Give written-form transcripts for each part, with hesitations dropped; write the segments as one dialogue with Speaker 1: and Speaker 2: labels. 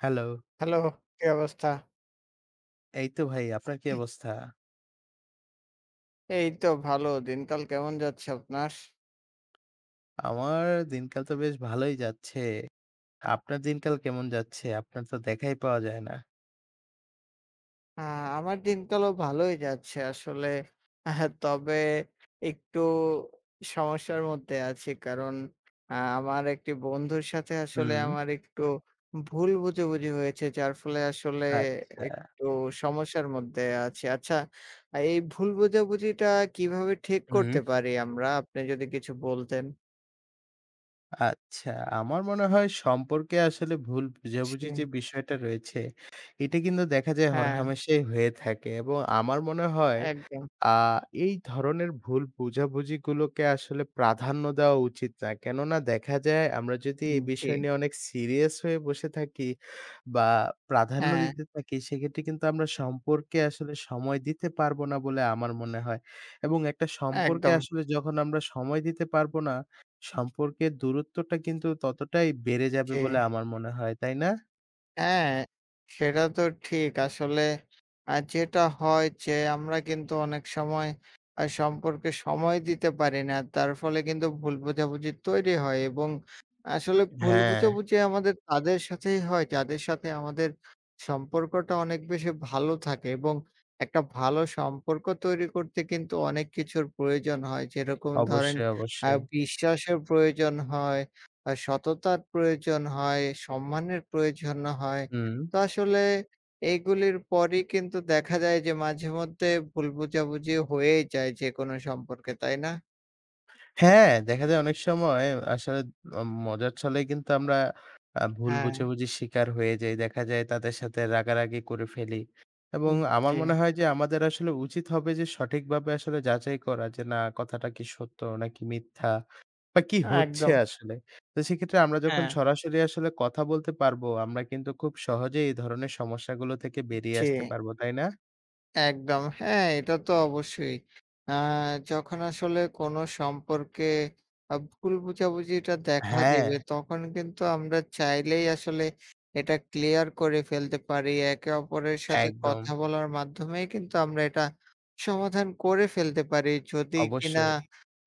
Speaker 1: Hello.
Speaker 2: Hello, কি অবস্থা?
Speaker 1: এই তো ভাই আপনার কি অবস্থা?
Speaker 2: এই তো ভালো। দিনকাল কেমন যাচ্ছে আপনার?
Speaker 1: আমার দিনকাল তো বেশ ভালোই যাচ্ছে। আপনার দিনকাল কেমন যাচ্ছে? আপনার তো দেখাই পাওয়া যায় না।
Speaker 2: আ আমার দিনকালও ভালোই যাচ্ছে আসলে। তবে একটু সমস্যার মধ্যে আছি। কারণ আ আমার একটি বন্ধুর সাথে আসলে
Speaker 1: হুম।
Speaker 2: আমার একটু ভুল বোঝাবুঝি হয়েছে। যার ফলে আসলে
Speaker 1: আচ্ছা,
Speaker 2: একটু সমস্যার মধ্যে আছি। আচ্ছা, এই ভুল বোঝাবুঝিটা কিভাবে ঠিক
Speaker 1: হুম।
Speaker 2: করতে পারি আমরা? আপনি যদি কিছু বলতেন।
Speaker 1: আচ্ছা। আমার মনে হয় সম্পর্কে আসলে ভুল বুঝাবুঝি
Speaker 2: জি।
Speaker 1: যে বিষয়টা রয়েছে, এটা কিন্তু দেখা যায়
Speaker 2: হ্যাঁ,
Speaker 1: হরহামেশাই হয়ে থাকে এবং আমার মনে হয়
Speaker 2: একদম।
Speaker 1: আ এই ধরনের ভুল বোঝাবুঝিগুলোকে আসলে প্রাধান্য দেওয়া উচিত না। কেননা দেখা যায় আমরা যদি এই
Speaker 2: জি,
Speaker 1: বিষয় নিয়ে অনেক সিরিয়াস হয়ে বসে থাকি বা প্রাধান্য
Speaker 2: হ্যাঁ।
Speaker 1: দিতে থাকি, সেক্ষেত্রে কিন্তু আমরা সম্পর্কে আসলে সময় দিতে পারবো না বলে আমার মনে হয়। এবং একটা সম্পর্কে
Speaker 2: একদম,
Speaker 1: আসলে যখন আমরা সময় দিতে পারবো না, সম্পর্কের দূরত্বটা কিন্তু ততটাই বেড়ে যাবে বলে
Speaker 2: জি।
Speaker 1: আমার মনে হয়। তাই না?
Speaker 2: হ্যাঁ, সেটা তো ঠিক। আসলে যেটা হয় যে আমরা কিন্তু অনেক সময় সম্পর্কে সময় দিতে পারি না। তার ফলে কিন্তু ভুল বোঝাবুঝি তৈরি হয় এবং আসলে ভুল
Speaker 1: হ্যাঁ,
Speaker 2: বোঝাবুঝি আমাদের তাদের সাথেই হয় যাদের সাথে আমাদের সম্পর্কটা অনেক বেশি ভালো থাকে এবং একটা ভালো সম্পর্ক তৈরি করতে কিন্তু অনেক কিছুর প্রয়োজন হয়। যেরকম ধরেন
Speaker 1: অবশ্যই,
Speaker 2: আ
Speaker 1: অবশ্যই।
Speaker 2: বিশ্বাসের প্রয়োজন হয়। সততার প্রয়োজন হয়, সম্মানের প্রয়োজন হয়।
Speaker 1: হুম।
Speaker 2: তো আসলে এইগুলির পরই কিন্তু দেখা যায় যে মাঝেমধ্যে ভুল বোঝাবুঝি হয়েই যায় যেকোনো সম্পর্কে, তাই না?
Speaker 1: হ্যাঁ, দেখা যায় অনেক সময় আসলে অ মজার ছলে কিন্তু আমরা ভুল
Speaker 2: হ্যাঁ,
Speaker 1: বোঝাবুঝির শিকার হয়ে যাই। দেখা যায় তাদের সাথে রাগারাগি করে ফেলি।
Speaker 2: উ
Speaker 1: এবং আমার
Speaker 2: জি,
Speaker 1: মনে হয় যে আমাদের আসলে উচিত হবে যে সঠিকভাবে আসলে যাচাই করা যে না কথাটা কি সত্য নাকি মিথ্যা বা কি হচ্ছে
Speaker 2: একদম।
Speaker 1: আসলে। তো সেক্ষেত্রে আমরা যখন
Speaker 2: হ্যাঁ।
Speaker 1: সরাসরি আসলে কথা বলতে পারবো, আমরা কিন্তু খুব সহজেই এই ধরনের সমস্যাগুলো থেকে বেরিয়ে
Speaker 2: জি।
Speaker 1: আসতে পারবো, তাই না?
Speaker 2: একদম। হ্যাঁ, এটা তো অবশ্যই। আ যখন আসলে কোনো সম্পর্কে ভুল বোঝাবুঝিটা দেখা
Speaker 1: হ্যাঁ,
Speaker 2: দিবে, তখন কিন্তু আমরা চাইলেই আসলে এটা ক্লিয়ার করে ফেলতে পারি। একে অপরের সাথে
Speaker 1: একদম।
Speaker 2: কথা বলার মাধ্যমেই কিন্তু আমরা এটা সমাধান করে ফেলতে পারি। যদি কিনা
Speaker 1: অবশ্যই।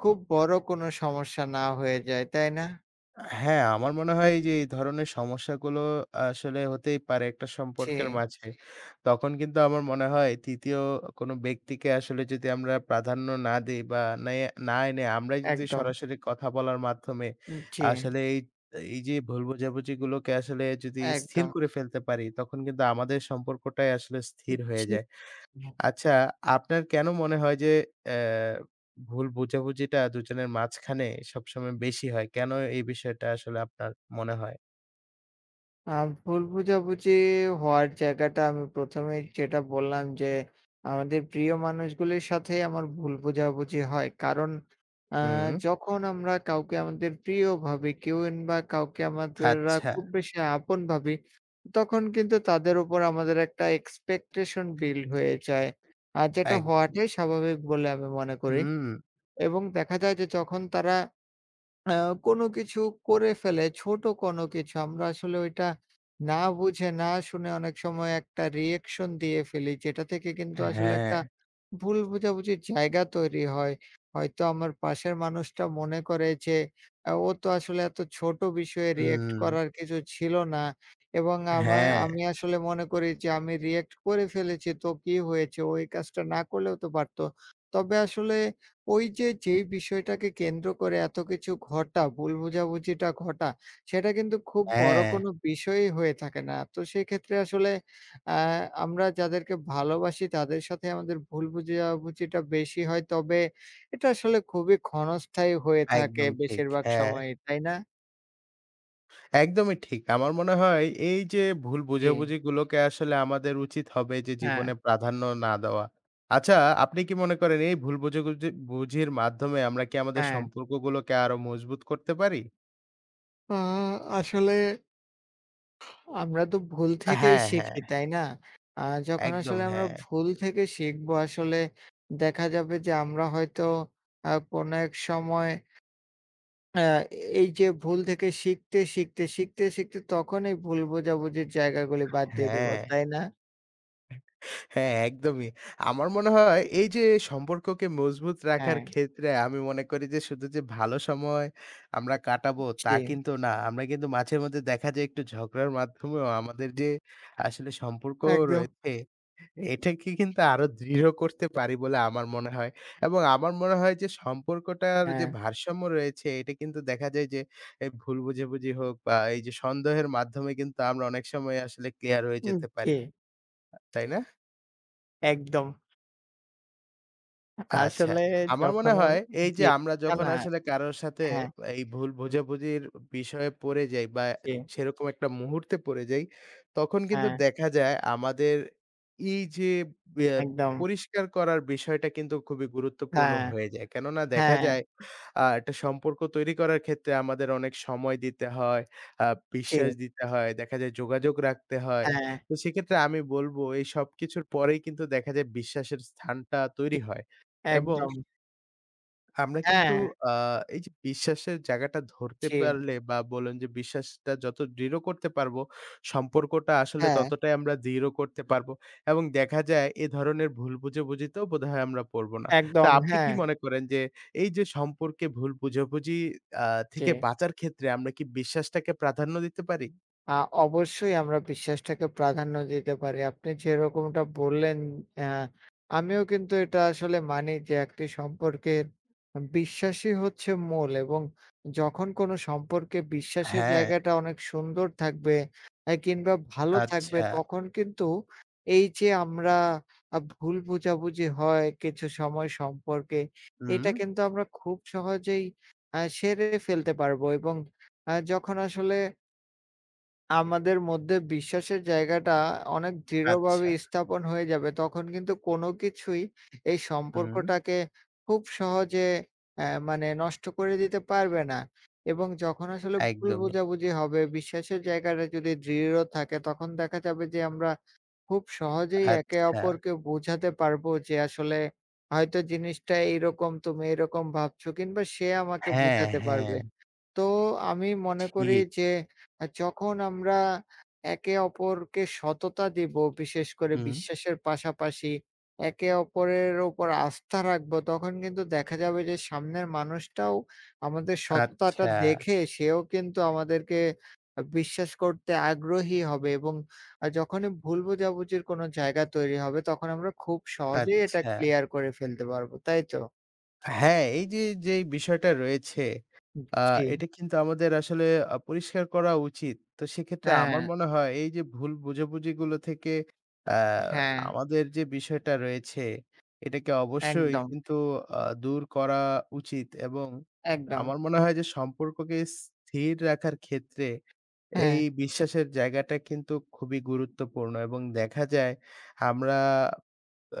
Speaker 2: খুব বড় কোনো সমস্যা না হয়ে যায়, তাই না?
Speaker 1: হ্যাঁ, আমার মনে হয় এই যে এই ধরনের সমস্যাগুলো আসলে হতেই পারে একটা
Speaker 2: জি,
Speaker 1: সম্পর্কের মাঝে। তখন কিন্তু আমার মনে হয় ৩য় কোনো ব্যক্তিকে আসলে যদি আমরা প্রাধান্য না দেই বা নেই না এনে আমরাই যদি
Speaker 2: একদম।
Speaker 1: সরাসরি কথা বলার মাধ্যমে
Speaker 2: জি,
Speaker 1: আসলে এই এই যে ভুল বোঝাবুঝিগুলোকে আসলে যদি স্থির
Speaker 2: একদম।
Speaker 1: করে ফেলতে পারি, তখন কিন্তু আমাদের সম্পর্কটাই আসলে স্থির হয়ে
Speaker 2: জি।
Speaker 1: যায়। আচ্ছা, আপনার কেন মনে হয় যে অ্যা ভুল বোঝাবুঝিটা দুজনের মাঝখানে সবসময় বেশি হয়? কেন এই বিষয়টা আসলে আপনার মনে হয়?
Speaker 2: আ ভুল বোঝাবুঝি হওয়ার জায়গাটা আমি ১ম এই যেটা বললাম যে, আমাদের প্রিয় মানুষগুলির সাথেই আমার ভুল বোঝাবুঝি হয়। কারণ আ
Speaker 1: হুম,
Speaker 2: যখন আমরা কাউকে আমাদের প্রিয় ভাবি কিংবা কাউকে আমাদেররা
Speaker 1: আচ্ছা,
Speaker 2: খুব বেশি আপন ভাবি, তখন কিন্তু তাদের উপর আমাদের একটা এক্সপেকটেশন বিল্ড হয়ে যায়। আর যেটা
Speaker 1: এক
Speaker 2: হওয়াটাই স্বাভাবিক বলে আমি মনে করি।
Speaker 1: হুম,
Speaker 2: এবং দেখা যায় যে যখন তারা আ কোনো কিছু করে ফেলে, ছোট কোনো কিছু আমরা আসলে ওইটা না বুঝে, না শুনে অনেক সময় একটা রিঅ্যাকশন দিয়ে ফেলি, যেটা থেকে কিন্তু আসলে
Speaker 1: হ্যাঁ,
Speaker 2: একটা ভুল বোঝাবুঝির জায়গা তৈরি হয়। হয়তো আমার পাশের মানুষটা মনে করে যে, ও তো আসলে এত ছোট বিষয়ে রিঅ্যাক্ট
Speaker 1: হুম,
Speaker 2: করার কিছু ছিল না এবং আমায়
Speaker 1: হ্যাঁ,
Speaker 2: আমি আসলে মনে করি যে আমি রিঅ্যাক্ট করে ফেলেছি, তো কি হয়েছে? ও এই কাজটা না করলেও তো পারত। তবে আসলে ওই যে, যেই বিষয়টাকে কেন্দ্র করে এত কিছু ঘটা, ভুল বোঝাবুঝিটা ঘটা, সেটা কিন্তু খুব বড়
Speaker 1: হ্যাঁ,
Speaker 2: কোনো বিষয়ই হয়ে থাকে না। তো সেক্ষেত্রে আসলে আ আমরা যাদেরকে ভালোবাসি তাদের সাথে আমাদের ভুল বোঝাবুঝিটা বেশি হয়। তবে এটা আসলে খুবই ক্ষণস্থায়ী হয়ে থাকে
Speaker 1: একদম ঠিক।
Speaker 2: বেশিরভাগ
Speaker 1: হ্যাঁ।
Speaker 2: সময়ই, তাই না?
Speaker 1: একদমই ঠিক। আমার মনে হয় এই যে ভুল
Speaker 2: জি,
Speaker 1: বোঝাবুঝিগুলোকে আসলে আমাদের উচিত হবে যে
Speaker 2: হ্যাঁ,
Speaker 1: জীবনে প্রাধান্য না দেওয়া। আচ্ছা, আপনি কি মনে করেন এই ভুল বুঝির মাধ্যমে আমরা কি আমাদের
Speaker 2: হ্যাঁ।
Speaker 1: সম্পর্কগুলোকে আরো মজবুত করতে পারি?
Speaker 2: আ আসলে আমরা তো ভুল থেকেই
Speaker 1: হ্যাঁ, হ্যাঁ।
Speaker 2: শিখি, তাই না? আ যখন
Speaker 1: একদম
Speaker 2: আসলে আমরা
Speaker 1: হ্যাঁ,
Speaker 2: ভুল থেকে শিখবো আসলে দেখা যাবে যে আমরা হয়তো কোনো এক সময় আ এই যে ভুল থেকে শিখতে, শিখতে, শিখতে, শিখতে তখন এই ভুল বোঝাবুঝির জায়গাগুলি বাদ দিয়ে দেব,
Speaker 1: হ্যাঁ।
Speaker 2: তাই না?
Speaker 1: হ্যাঁ, একদমই। আমার মনে হয় এই যে সম্পর্ককে মজবুত রাখার
Speaker 2: হ্যাঁ,
Speaker 1: ক্ষেত্রে আমি মনে করি যে শুধু যে ভালো সময় আমরা কাটাবো তা
Speaker 2: জি,
Speaker 1: কিন্তু না। আমরা কিন্তু মাঝে মধ্যে দেখা যায় একটু ঝগড়ার মাধ্যমেও আমাদের যে আসলে সম্পর্ক
Speaker 2: একদম।
Speaker 1: রয়েছে এটাকে কিন্তু আরো দৃঢ় করতে পারি বলে আমার মনে হয়। এবং আমার মনে হয় যে সম্পর্কটার যে
Speaker 2: হ্যাঁ,
Speaker 1: ভারসাম্য রয়েছে এটা কিন্তু দেখা যায় যে এই ভুল বোঝাবুঝি হোক বা এই যে সন্দেহের মাধ্যমে কিন্তু আমরা অনেক সময় আসলে ক্লিয়ার হয়ে
Speaker 2: উম
Speaker 1: যেতে
Speaker 2: জি,
Speaker 1: পারি। তাই না?
Speaker 2: একদম।
Speaker 1: আচ্ছা।
Speaker 2: আসলে
Speaker 1: আমার মনে
Speaker 2: যখন
Speaker 1: হয়
Speaker 2: আমি
Speaker 1: এই যে
Speaker 2: জি,
Speaker 1: আমরা
Speaker 2: না,
Speaker 1: যখন
Speaker 2: না,
Speaker 1: আসলে কারোর সাথে
Speaker 2: হ্যাঁ,
Speaker 1: এই ভুল বোঝাবুঝির বিষয়ে পড়ে যাই বা
Speaker 2: জি,
Speaker 1: সেরকম একটা মুহূর্তে পড়ে যাই, তখন কিন্তু
Speaker 2: হ্যাঁ,
Speaker 1: দেখা যায় আমাদের এই যে ব্যা
Speaker 2: একদম।
Speaker 1: পরিষ্কার করার বিষয়টা কিন্তু খুবই গুরুত্বপূর্ণ
Speaker 2: হ্যাঁ,
Speaker 1: হয়ে যায়। কেননা দেখা
Speaker 2: হ্যাঁ,
Speaker 1: যায় একটা সম্পর্ক তৈরি করার ক্ষেত্রে আমাদের অনেক সময় দিতে হয়, আ
Speaker 2: জি,
Speaker 1: বিশ্বাস দিতে হয়, দেখা যায় যোগাযোগ রাখতে হয়।
Speaker 2: হ্যাঁ,
Speaker 1: তো সেক্ষেত্রে আমি বলব এই সবকিছুর পরেই কিন্তু দেখা যায় বিশ্বাসের স্থানটা
Speaker 2: জি,
Speaker 1: তৈরি হয়। এবং
Speaker 2: একদম।
Speaker 1: আমরা কিন্তু
Speaker 2: হ্যাঁ,
Speaker 1: আ এই যে বিশ্বাসের জায়গাটা ধরতে
Speaker 2: জি।
Speaker 1: পারলে বা বলেন যে বিশ্বাসটা যত দৃঢ় করতে পারবো, সম্পর্কটা আসলে
Speaker 2: হ্যাঁ,
Speaker 1: ততটাই আমরা দৃঢ় করতে পারবো। এবং দেখা যায় এ ধরনের ভুল বুঝাবুঝিতেও বোধহয় আমরা পড়বো না। তো
Speaker 2: একদম।
Speaker 1: আপনি কি
Speaker 2: হ্যাঁ,
Speaker 1: মনে করেন যে এই যে সম্পর্কে ভুল বুঝাবুঝি আ
Speaker 2: জি।
Speaker 1: থেকে বাঁচার ক্ষেত্রে আমরা কি বিশ্বাসটাকে প্রাধান্য দিতে পারি?
Speaker 2: আ অবশ্যই আমরা বিশ্বাসটাকে প্রাধান্য দিতে পারি। আপনি যেরকমটা বললেন, অ্যা আমিও কিন্তু এটা আসলে মানি যে একটি সম্পর্কের বিশ্বাসই হচ্ছে মূল এবং যখন কোনো সম্পর্কে বিশ্বাসের
Speaker 1: হ্যাঁ,
Speaker 2: জায়গাটা অনেক সুন্দর থাকবে কিংবা ভালো থাকবে,
Speaker 1: আচ্ছা।
Speaker 2: তখন কিন্তু এই যে আমরা ভুল বোঝাবুঝি হয় কিছু সময় সম্পর্কে,
Speaker 1: হুম,
Speaker 2: এটা কিন্তু আমরা খুব সহজেই সেরে ফেলতে পারবো এবং যখন আসলে আমাদের মধ্যে বিশ্বাসের জায়গাটা অনেক দৃঢ়ভাবে
Speaker 1: আচ্ছা।
Speaker 2: স্থাপন হয়ে যাবে। তখন কিন্তু কোনো কিছুই এই
Speaker 1: হুম,
Speaker 2: সম্পর্কটাকে খুব সহজে মানে নষ্ট করে দিতে পারবে না। এবং যখন আসলে ভুল
Speaker 1: একদমই।
Speaker 2: বোঝাবুঝি হবে, বিশ্বাসের জায়গাটা যদি দৃঢ় থাকে, তখন দেখা যাবে যে আমরা খুব সহজেই একে
Speaker 1: আচ্ছা।
Speaker 2: অপরকে বোঝাতে পারবো যে আসলে হয়তো জিনিসটা এইরকম, তুমি এরকম ভাবছো কিংবা সে আমাকে
Speaker 1: হ্যাঁ,
Speaker 2: বোঝাতে
Speaker 1: হ্যাঁ,
Speaker 2: পারবে। তো আমি মনে করি
Speaker 1: ঠিক।
Speaker 2: যে যখন আমরা একে অপরকে সততা দিব, বিশেষ করে
Speaker 1: হুম।
Speaker 2: বিশ্বাসের পাশাপাশি একে অপরের উপর আস্থা রাখবো, তখন কিন্তু দেখা যাবে যে সামনের মানুষটাও আমাদের সততাটা
Speaker 1: আচ্ছা,
Speaker 2: দেখে সেও কিন্তু আমাদেরকে বিশ্বাস করতে আগ্রহী হবে এবং যখনই ভুল বোঝাবুঝির কোনো জায়গা তৈরি হবে তখন আমরা খুব সহজেই এটা
Speaker 1: আচ্ছা।
Speaker 2: ক্লিয়ার করে ফেলতে পারবো, তাই তো?
Speaker 1: হ্যাঁ, এই যে, যেই বিষয়টা রয়েছে আ
Speaker 2: জি।
Speaker 1: এটা কিন্তু আমাদের আসলে পরিষ্কার করা উচিত। তো সেক্ষেত্রে
Speaker 2: হ্যাঁ,
Speaker 1: আমার মনে হয় এই যে, ভুল বোঝাবুঝিগুলো থেকে আ
Speaker 2: হ্যাঁ,
Speaker 1: আমাদের যে, বিষয়টা রয়েছে এটাকে অবশ্যই
Speaker 2: একদম,
Speaker 1: কিন্তু দূর করা উচিত এবং
Speaker 2: একদম।
Speaker 1: আমার মনে হয় যে, সম্পর্ককে স্থির রাখার ক্ষেত্রে
Speaker 2: হ্যাঁ,
Speaker 1: এই বিশ্বাসের জায়গাটা কিন্তু খুবই গুরুত্বপূর্ণ এবং দেখা যায় আমরা আ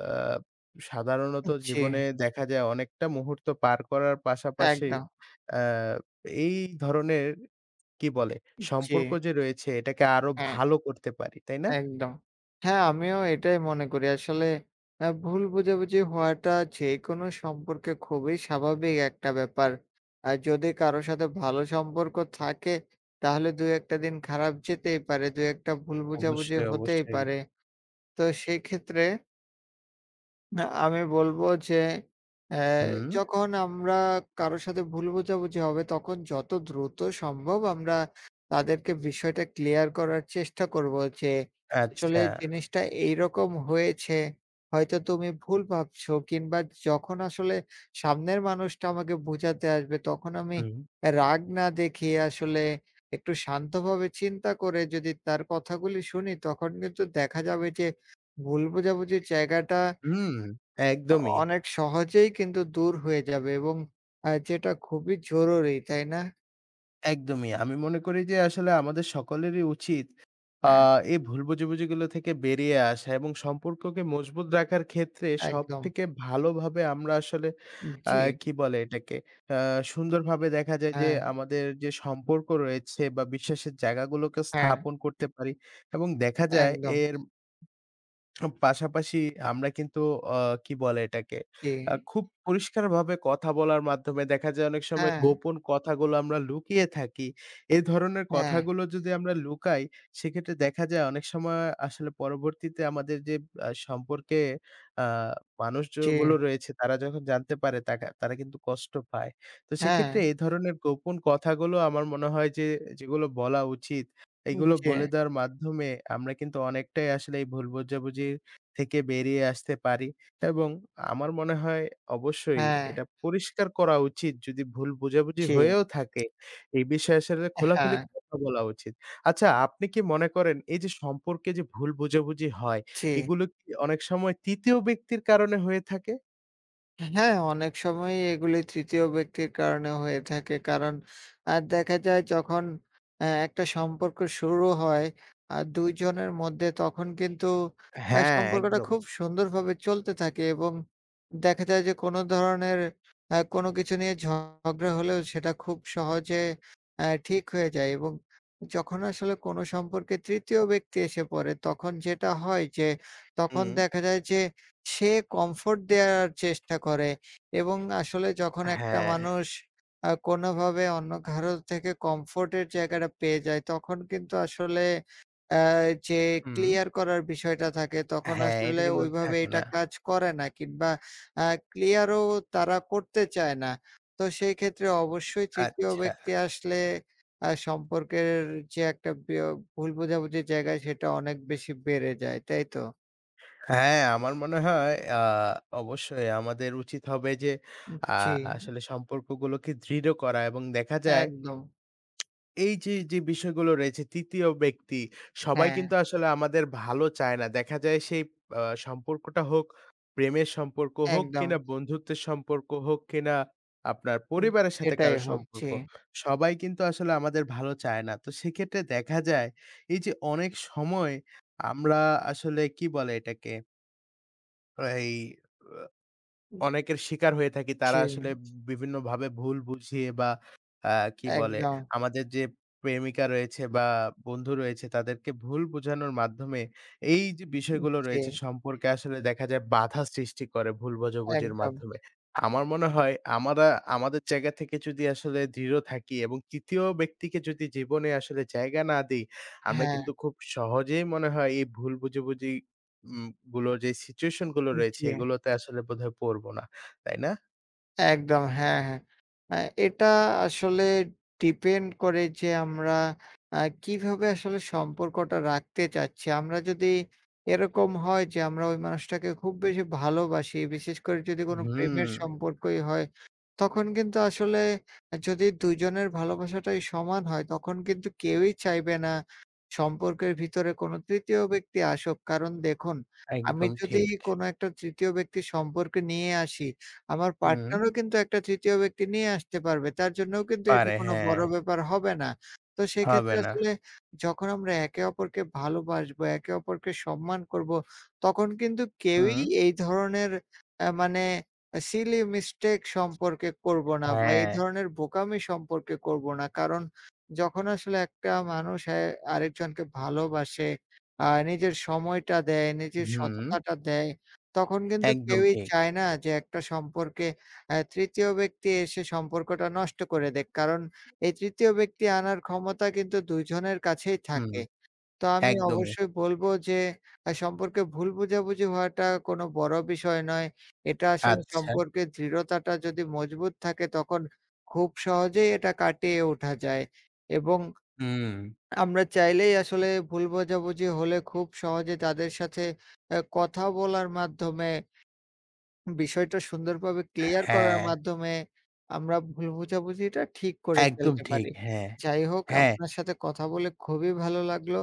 Speaker 1: সাধারণত
Speaker 2: জি,
Speaker 1: জীবনে দেখা যায় অনেকটা মুহূর্ত পার করার পাশাপাশি
Speaker 2: একদম।
Speaker 1: আ এই ধরনের কি বলে?
Speaker 2: জি,
Speaker 1: সম্পর্ক যে রয়েছে এটাকে আরো
Speaker 2: হ্যাঁ,
Speaker 1: ভালো করতে পারি। তাই না?
Speaker 2: একদম। হ্যাঁ, আমিও এটাই মনে করি। আসলে ভুল বোঝাবুঝি হওয়াটা যেকোনো সম্পর্কে খুবই স্বাভাবিক একটা ব্যাপার। আর যদি কারো সাথে ভালো সম্পর্ক থাকে, তাহলে ২ ১ টা দিন খারাপ যেতেই পারে। ২ ১ টা ভুল বোঝাবুঝি
Speaker 1: অবশ্যই,
Speaker 2: হতেই
Speaker 1: অবশ্যই।
Speaker 2: পারে। তো সেক্ষেত্রে না, আমি বলব যে অ্যা জি।
Speaker 1: হুম,
Speaker 2: যখন আমরা কারো সাথে ভুল বোঝাবুঝি হবে তখন যত দ্রুত সম্ভব আমরা তাদেরকে বিষয়টা ক্লিয়ার করার চেষ্টা করব যে, আসলে
Speaker 1: আচ্ছা।
Speaker 2: জিনিসটা এইরকম হয়েছে। হয়তো তুমি ভুল ভাবছো কিংবা যখন আসলে সামনের মানুষটা আমাকে বুঝাতে আসবে তখন আমি
Speaker 1: হুম,
Speaker 2: রাগ না দেখিয়ে আসলে একটু শান্তভাবে চিন্তা করে যদি তার কথাগুলি শুনি তখন কিন্তু দেখা যাবে যে ভুল বোঝাবুঝির জায়গাটা
Speaker 1: হুম,
Speaker 2: আ
Speaker 1: একদমই।
Speaker 2: অনেক সহজেই কিন্তু দূর হয়ে যাবে এবং যেটা খুবই জরুরি, তাই না?
Speaker 1: একদমই। আমি মনে করি যে আসলে আমাদের সকলেরই উচিত আ
Speaker 2: হ্যাঁ,
Speaker 1: এই ভুল বোঝাবুঝিগুলো থেকে বেরিয়ে আসা এবং সম্পর্ককে মজবুত রাখার ক্ষেত্রে
Speaker 2: একদম।
Speaker 1: সবথেকে ভালোভাবে আমরা আসলে আ
Speaker 2: জি,
Speaker 1: কি বলে এটাকে? আ সুন্দরভাবে দেখা যায় যে
Speaker 2: হ্যাঁ,
Speaker 1: আমাদের যে সম্পর্ক রয়েছে বা বিশ্বাসের জায়গাগুলোকে
Speaker 2: হ্যাঁ,
Speaker 1: স্থাপন করতে পারি এবং দেখা যায়
Speaker 2: একদম।
Speaker 1: এর পাশাপাশি আমরা কিন্তু অ কি বলে এটাকে?
Speaker 2: জি,
Speaker 1: খুব পরিষ্কারভাবে কথা বলার মাধ্যমে দেখা যায় অনেক সময়
Speaker 2: হ্যাঁ,
Speaker 1: গোপন কথাগুলো আমরা লুকিয়ে থাকি। এ ধরনের
Speaker 2: হ্যাঁ,
Speaker 1: কথাগুলো যদি আমরা লুকাই, সেক্ষেত্রে দেখা যায় অনেক সময় আসলে পরবর্তীতে আমাদের যে সম্পর্কে আ মানুষ
Speaker 2: জি,
Speaker 1: যেগুলো রয়েছে তারা যখন জানতে পারে তারা কিন্তু কষ্ট পায়। তো
Speaker 2: হ্যাঁ,
Speaker 1: সেক্ষেত্রে এই ধরনের গোপন কথাগুলো আমার মনে হয় যে যেগুলো বলা উচিত এগুলো
Speaker 2: জি,
Speaker 1: বলে দেওয়ার মাধ্যমে আমরা কিন্তু অনেকটাই আসলে এই ভুল বোঝাবুঝি থেকে বেরিয়ে আসতে পারি এবং আমার মনে হয় অবশ্যই
Speaker 2: হ্যাঁ,
Speaker 1: এটা পরিষ্কার করা উচিত যদি ভুল বোঝাবুঝি
Speaker 2: জি,
Speaker 1: হয়েও থাকে, এই বিষয়ে আসলে খোলাখুলি
Speaker 2: হ্যাঁ,
Speaker 1: কথা বলা উচিত। আচ্ছা আপনি কি মনে করেন এই যে সম্পর্কে যে ভুল বোঝাবুঝি হয়,
Speaker 2: জি।
Speaker 1: এগুলো কি অনেক সময় ৩য় ব্যক্তির কারণে হয়ে থাকে?
Speaker 2: হ্যাঁ, অনেক সময়ই এগুলি ৩য় ব্যক্তির কারণে হয়ে থাকে। কারণ দেখা যায় যখন একটা সম্পর্ক শুরু হয় ২ জনের মধ্যে তখন কিন্তু
Speaker 1: হ্যাঁ,
Speaker 2: সম্পর্কটা
Speaker 1: একদম।
Speaker 2: খুব সুন্দরভাবে চলতে থাকে এবং দেখা যায় যে কোনো ধরনের কোনো কিছু নিয়ে ঝগড়া হলেও সেটা খুব সহজে ঠিক হয়ে যায় এবং যখন আসলে কোনো সম্পর্কে ৩য় ব্যক্তি এসে পড়ে তখন যেটা হয় যে তখন
Speaker 1: হুম।
Speaker 2: দেখা যায় যে সে কমফোর্ট দেয়ার চেষ্টা করে এবং আসলে যখন একটা
Speaker 1: হ্যাঁ।
Speaker 2: মানুষ কোনোভাবে অন্য কারো থেকে কমফোর্ট এর জায়গাটা পেয়ে যায়, তখন কিন্তু আসলে আ যে
Speaker 1: হুম।
Speaker 2: ক্লিয়ার করার বিষয়টা থাকে, তখন
Speaker 1: হ্যাঁ, এটা
Speaker 2: আসলে
Speaker 1: কিন্তু
Speaker 2: ওইভাবে
Speaker 1: থাকে
Speaker 2: এটা
Speaker 1: না।
Speaker 2: কাজ করে না কিংবা আ ক্লিয়ার ও তারা করতে চায় না। তো সেই ক্ষেত্রে অবশ্যই ৩য়
Speaker 1: আচ্ছা।
Speaker 2: ব্যক্তি আসলে সম্পর্কের যে একটা ভুল বোঝাবুঝির জায়গা, সেটা অনেক বেশি বেড়ে যায়, তাই তো?
Speaker 1: হ্যাঁ, আমার মনে হয় অবশ্যই আমাদের উচিত হবে যে আ
Speaker 2: জি,
Speaker 1: আসলে সম্পর্কগুলোকে দৃঢ় করা এবং দেখা যায়
Speaker 2: একদম।
Speaker 1: এই যে, যে বিষয়গুলো রয়েছে ৩য় ব্যক্তি সবাই
Speaker 2: হ্যাঁ,
Speaker 1: কিন্তু আসলে আমাদের ভালো চায় না। দেখা যায় সেই সম্পর্কটা হোক প্রেমের সম্পর্ক হোক
Speaker 2: একদম।
Speaker 1: কিনা বন্ধুত্বের সম্পর্ক হোক কিনা আপনার
Speaker 2: উম
Speaker 1: পরিবারের সাথে
Speaker 2: সেটাই
Speaker 1: কারো
Speaker 2: হোক। জি।
Speaker 1: সম্পর্ক, সবাই কিন্তু আসলে আমাদের ভালো চায় না। তো সেক্ষেত্রে দেখা যায় এই যে অনেক সময় আমরা আসলে কি বলে এটাকে এই আ অনেকের শিকার হয়ে থাকি। তারা
Speaker 2: জি,
Speaker 1: আসলে বিভিন্নভাবে ভুল বুঝিয়ে বা আ কি বলে
Speaker 2: একদম।
Speaker 1: আমাদের যে প্রেমিকা রয়েছে বা বন্ধু রয়েছে তাদেরকে ভুল বোঝানোর মাধ্যমে এই যে বিষয়গুলো
Speaker 2: জি,
Speaker 1: রয়েছে সম্পর্কে আসলে দেখা যায় বাধা সৃষ্টি করে ভুল বোঝাবুঝির
Speaker 2: একদম।
Speaker 1: মাধ্যমে। আমার মনে হয় আমরা আমাদের জায়গা থেকে যদি আসলে দৃঢ় থাকি এবং ৩য় ব্যক্তিকে যদি জীবনে আসলে জায়গা না দেই, আমরা
Speaker 2: হ্যাঁ,
Speaker 1: কিন্তু খুব সহজেই মনে হয় এই ভুল বুঝাবুঝি উম গুলোর যে সিচুয়েশন গুলো রয়েছে
Speaker 2: জি।
Speaker 1: এগুলোতে আসলে বোধহয় পড়বো না। তাই না?
Speaker 2: একদম, হ্যাঁ, হ্যাঁ। আ এটা আসলে ডিপেন্ড করে যে আমরা আ কিভাবে আসলে সম্পর্কটা রাখতে চাচ্ছি। আমরা যদি এরকম হয় যে আমরা ওই মানুষটাকে খুব বেশি ভালোবাসি, বিশেষ করে যদি কোনো
Speaker 1: হুম,
Speaker 2: প্রেমের সম্পর্কই হয়, তখন কিন্তু আসলে যদি ২ জনের ভালোবাসাটাই সমান হয়, তখন কিন্তু কেউই চাইবে না সম্পর্কের ভিতরে কোনো তৃতীয় ব্যক্তি আসুক। কারণ দেখুন, আমি
Speaker 1: একদম
Speaker 2: যদি
Speaker 1: ঠিক।
Speaker 2: কোনো একটা তৃতীয় ব্যক্তি সম্পর্কে নিয়ে আসি আমার
Speaker 1: হুম,
Speaker 2: পার্টনারও কিন্তু একটা তৃতীয় ব্যক্তি নিয়ে আসতে পারবে। তার জন্যও কিন্তু এটা
Speaker 1: পারে
Speaker 2: কোনো
Speaker 1: হ্যাঁ,
Speaker 2: বড় ব্যাপার হবে না। তো
Speaker 1: হবে
Speaker 2: সেক্ষেত্রে
Speaker 1: না।
Speaker 2: আসলে যখন আমরা একে অপরকে ভালোবাসবো, একে অপরকে সম্মান করব, তখন কিন্তু কেউই
Speaker 1: হুম,
Speaker 2: এই ধরনের মানে সিলি মিস্টেক সম্পর্কে করব না বা
Speaker 1: হ্যাঁ,
Speaker 2: এই ধরনের বোকামি সম্পর্কে করব না। কারণ যখন আসলে একটা মানুষ আরেকজনকে ভালোবাসে, নিজের সময়টা দেয়, নিজের
Speaker 1: হুম,
Speaker 2: সততাটা দেয় তখন কিন্তু
Speaker 1: একদম
Speaker 2: কেউই
Speaker 1: ঠিক।
Speaker 2: চায় না যে একটা সম্পর্কে ৩য় ব্যক্তি এসে সম্পর্কটা নষ্ট করে দেক। কারণ এই ৩য় ব্যক্তি আনার ক্ষমতা কিন্তু ২ জনের কাছেই
Speaker 1: হুম,
Speaker 2: থাকে। তো আমি
Speaker 1: একদমই।
Speaker 2: অবশ্যই বলব যে সম্পর্কে ভুল বোঝাবুঝি হওয়াটা কোনো বড় বিষয় নয়। এটা আসলে
Speaker 1: আচ্ছা।
Speaker 2: সম্পর্কে দৃঢ়তাটা যদি মজবুত থাকে তখন খুব সহজেই এটা কাটিয়ে ওঠা যায়। এবং
Speaker 1: হুম,
Speaker 2: আমরা চাইলেই আসলে ভুল বোঝাবুঝি হলে খুব সহজে তাদের সাথে কথা বলার মাধ্যমে বিষয়টা সুন্দরভাবে ক্লিয়ার করার
Speaker 1: হ্যাঁ,
Speaker 2: মাধ্যমে আমরা ভুল বোঝাবুঝিটা ঠিক করে
Speaker 1: একদম
Speaker 2: ফেলতে
Speaker 1: ঠিক।
Speaker 2: পারি।
Speaker 1: হ্যাঁ,
Speaker 2: যাই হোক
Speaker 1: হ্যাঁ।
Speaker 2: আপনার সাথে কথা বলে খুবই ভালো লাগলো।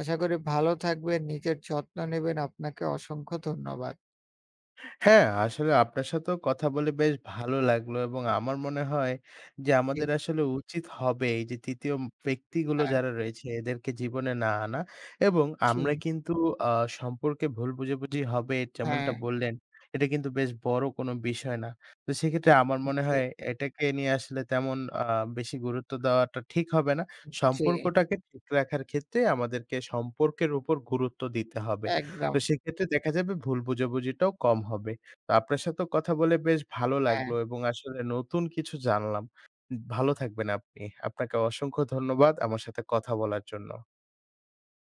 Speaker 2: আশা করি ভালো থাকবেন, নিজের যত্ন নেবেন। আপনাকে অসংখ্য ধন্যবাদ।
Speaker 1: হ্যাঁ, আসলে আপনার সাথেও কথা বলে বেশ ভালো লাগলো এবং আমার মনে হয় যে
Speaker 2: জি,
Speaker 1: আমাদের আসলে উচিত হবে এই যে ৩য় ব্যক্তিগুলো
Speaker 2: হ্যাঁ,
Speaker 1: যারা রয়েছে এদেরকে জীবনে না আনা এবং
Speaker 2: জি,
Speaker 1: আমরা কিন্তু আ সম্পর্কে ভুল বোঝাবুঝি হবে
Speaker 2: হ্যাঁ,
Speaker 1: যেমনটা বললেন, এটা কিন্তু বেশ বড় কোনো বিষয় না। তো সেক্ষেত্রে আমার মনে
Speaker 2: জি,
Speaker 1: হয় এটাকে নিয়ে আসলে তেমন বেশি গুরুত্ব দেওয়াটা ঠিক হবে না।
Speaker 2: জি,
Speaker 1: সম্পর্কটাকে ঠিক রাখার ক্ষেত্রে আমাদেরকে সম্পর্কের উপর গুরুত্ব দিতে হবে। তো
Speaker 2: একদম,
Speaker 1: সেক্ষেত্রে দেখা যাবে ভুল বোঝাবুঝিটাও কম হবে। তো আপনার সাথেও কথা বলে বেশ ভালো
Speaker 2: হ্যাঁ।
Speaker 1: লাগলো এবং আসলে নতুন কিছু জানলাম। ভালো থাকবেন আপনি। আপনাকে অসংখ্য ধন্যবাদ আমার সাথে কথা বলার জন্য।